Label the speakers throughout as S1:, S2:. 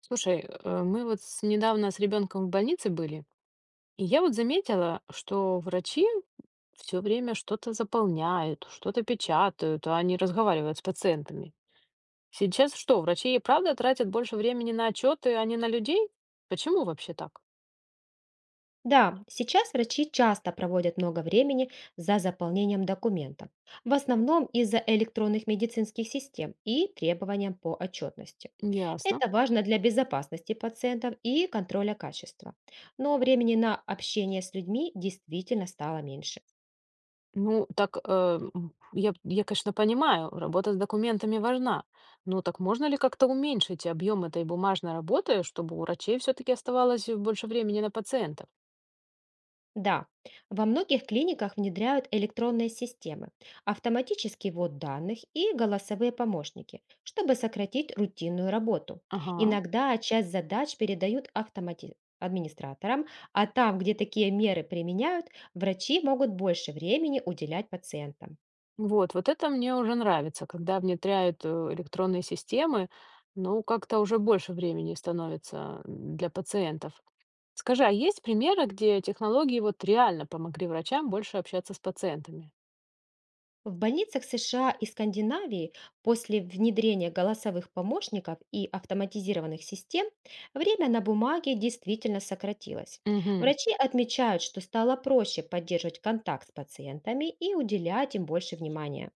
S1: Слушай, мы вот недавно с ребенком в больнице были, и я вот заметила, что врачи все время что-то заполняют, что-то печатают, а они разговаривают с пациентами. Сейчас что, врачи и правда тратят больше времени на отчеты, а не на людей? Почему вообще так?
S2: Да, сейчас врачи часто проводят много времени за заполнением документов, в основном из-за электронных медицинских систем и требованиям по отчетности.
S1: Ясно.
S2: Это важно для безопасности пациентов и контроля качества. Но времени на общение с людьми действительно стало меньше.
S1: Ну, так, я, конечно, понимаю, работа с документами важна. Ну, так можно ли как-то уменьшить объем этой бумажной работы, чтобы у врачей все-таки оставалось больше времени на пациентов?
S2: Да, во многих клиниках внедряют электронные системы, автоматический ввод данных и голосовые помощники, чтобы сократить рутинную работу.
S1: Ага.
S2: Иногда часть задач передают администраторам, а там, где такие меры применяют, врачи могут больше времени уделять пациентам.
S1: Вот, вот это мне уже нравится, когда внедряют электронные системы, ну, как-то уже больше времени становится для пациентов. Скажи, а есть примеры, где технологии вот реально помогли врачам больше общаться с пациентами?
S2: В больницах США и Скандинавии после внедрения голосовых помощников и автоматизированных систем время на бумаге действительно сократилось.
S1: Угу,
S2: Врачи отмечают, что стало проще поддерживать контакт с пациентами и уделять им больше внимания.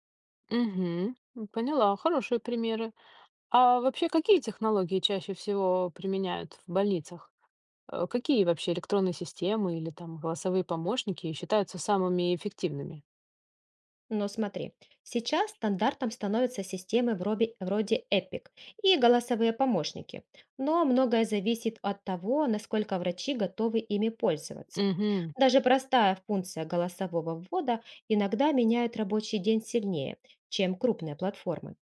S1: угу, поняла, хорошие примеры. А вообще, какие технологии чаще всего применяют в больницах? Какие вообще электронные системы или там голосовые помощники считаются самыми эффективными?
S2: Но смотри, сейчас стандартом становятся системы вроде Epic и голосовые помощники, но многое зависит от того, насколько врачи готовы ими пользоваться.
S1: Угу.
S2: Даже простая функция голосового ввода иногда меняет рабочий день сильнее, чем крупные платформы.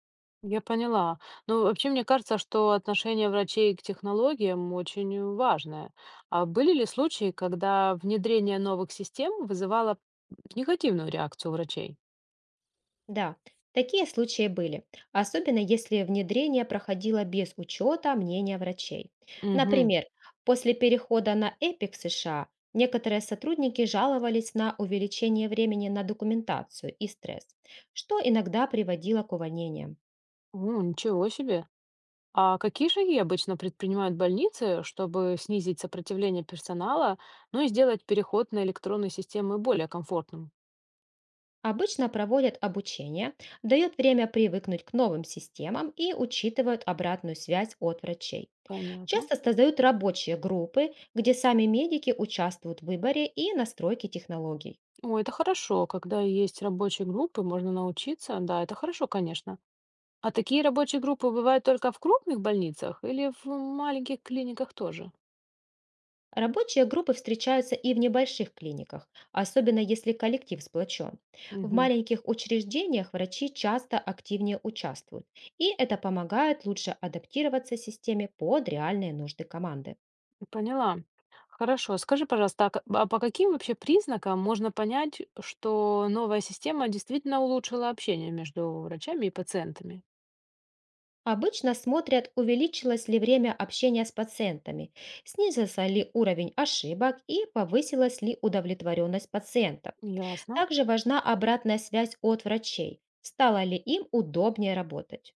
S1: Я поняла. Ну, вообще, мне кажется, что отношение врачей к технологиям очень важное. А были ли случаи, когда внедрение новых систем вызывало негативную реакцию врачей?
S2: Да, такие случаи были, особенно если внедрение проходило без учета мнения врачей.
S1: Угу.
S2: Например, после перехода на ЭПИК в США некоторые сотрудники жаловались на увеличение времени на документацию и стресс, что иногда приводило к увольнениям.
S1: О, ничего себе. А какие шаги обычно предпринимают больницы, чтобы снизить сопротивление персонала, ну и сделать переход на электронные системы более комфортным?
S2: Обычно проводят обучение, дают время привыкнуть к новым системам и учитывают обратную связь от врачей.
S1: Понятно.
S2: Часто создают рабочие группы, где сами медики участвуют в выборе и настройке технологий.
S1: О, это хорошо, когда есть рабочие группы, можно научиться. Да, это хорошо, конечно. А такие рабочие группы бывают только в крупных больницах или в маленьких клиниках тоже?
S2: Рабочие группы встречаются и в небольших клиниках, особенно если коллектив сплочен. В
S1: Мгм.
S2: маленьких учреждениях врачи часто активнее участвуют, и это помогает лучше адаптироваться системе под реальные нужды команды.
S1: Поняла. Хорошо. Скажи, пожалуйста, а по каким вообще признакам можно понять, что новая система действительно улучшила общение между врачами и пациентами?
S2: Обычно смотрят, увеличилось ли время общения с пациентами, снизился ли уровень ошибок и повысилась ли удовлетворенность пациентов.
S1: Ясно.
S2: Также важна обратная связь от врачей. Стало ли им удобнее работать?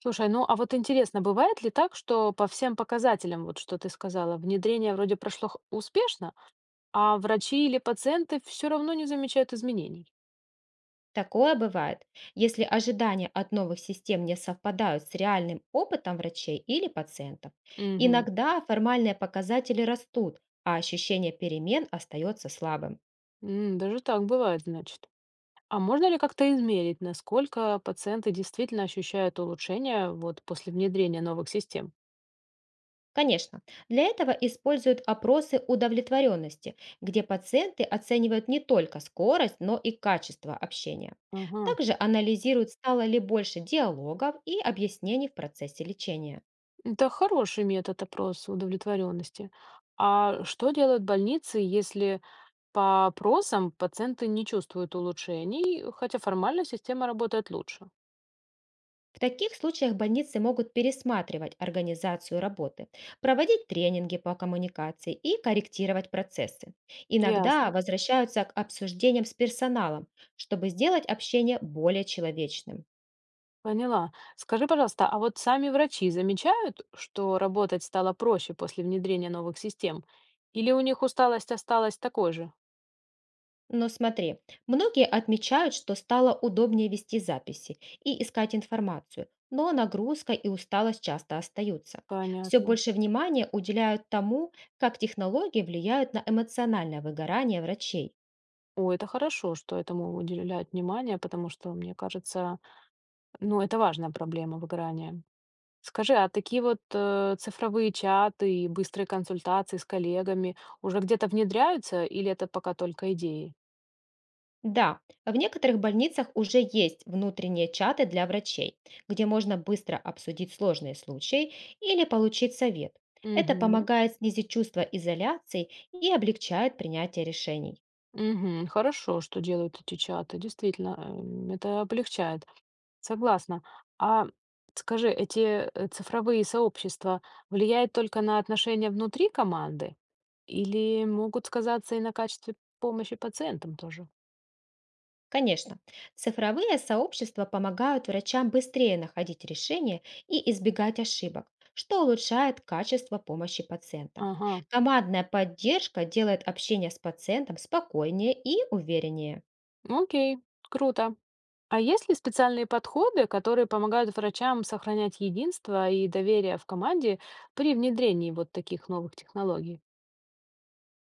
S1: Слушай, ну а вот интересно, бывает ли так, что по всем показателям, вот что ты сказала, внедрение вроде прошло успешно, а врачи или пациенты все равно не замечают изменений?
S2: Такое бывает, если ожидания от новых систем не совпадают с реальным опытом врачей или пациентов.
S1: Угу.
S2: Иногда формальные показатели растут, а ощущение перемен остается слабым.
S1: Даже так бывает, значит. А можно ли как-то измерить, насколько пациенты действительно ощущают улучшение вот после внедрения новых систем?
S2: Конечно, для этого используют опросы удовлетворенности, где пациенты оценивают не только скорость, но и качество общения.
S1: Ага.
S2: Также анализируют, стало ли больше диалогов и объяснений в процессе лечения.
S1: Это хороший метод опроса удовлетворенности. А что делают больницы, если по опросам пациенты не чувствуют улучшений, хотя формально система работает лучше?
S2: В таких случаях больницы могут пересматривать организацию работы, проводить тренинги по коммуникации и корректировать процессы. Иногда
S1: Ясно.
S2: возвращаются к обсуждениям с персоналом, чтобы сделать общение более человечным.
S1: Поняла. Скажи, пожалуйста, а вот сами врачи замечают, что работать стало проще после внедрения новых систем? Или у них усталость осталась такой же?
S2: Но смотри, многие отмечают, что стало удобнее вести записи и искать информацию, но нагрузка и усталость часто остаются. Все
S1: Понятно.
S2: больше внимания уделяют тому, как технологии влияют на эмоциональное выгорание врачей.
S1: О, это хорошо, что этому уделяют внимание, потому что, мне кажется, ну, это важная проблема выгорания. Скажи, а такие вот цифровые чаты и быстрые консультации с коллегами уже где-то внедряются или это пока только идеи?
S2: Да, в некоторых больницах уже есть внутренние чаты для врачей, где можно быстро обсудить сложные случаи или получить совет. Это
S1: Угу.
S2: помогает снизить чувство изоляции и облегчает принятие решений.
S1: Угу. Хорошо, что делают эти чаты. Действительно, это облегчает. Согласна. А скажи, эти цифровые сообщества влияют только на отношения внутри команды? Или могут сказаться и на качестве помощи пациентам тоже.
S2: Конечно, цифровые сообщества помогают врачам быстрее находить решения и избегать ошибок, что улучшает качество помощи пациентам.
S1: Ага,
S2: Командная поддержка делает общение с пациентом спокойнее и увереннее.
S1: ну окей, круто. А есть ли специальные подходы, которые помогают врачам сохранять единство и доверие в команде при внедрении вот таких новых технологий?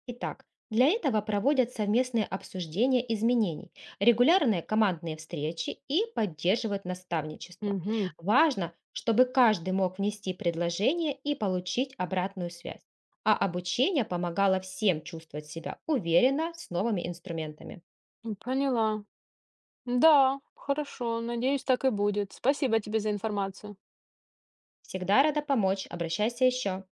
S2: Итак, для этого проводят совместные обсуждения изменений, регулярные командные встречи и поддерживают наставничество.
S1: Угу,
S2: Важно, чтобы каждый мог внести предложение и получить обратную связь. А обучение помогало всем чувствовать себя уверенно с новыми инструментами.
S1: поняла. Да, хорошо, надеюсь, так и будет. Спасибо тебе за информацию.
S2: Всегда рада помочь, обращайся еще.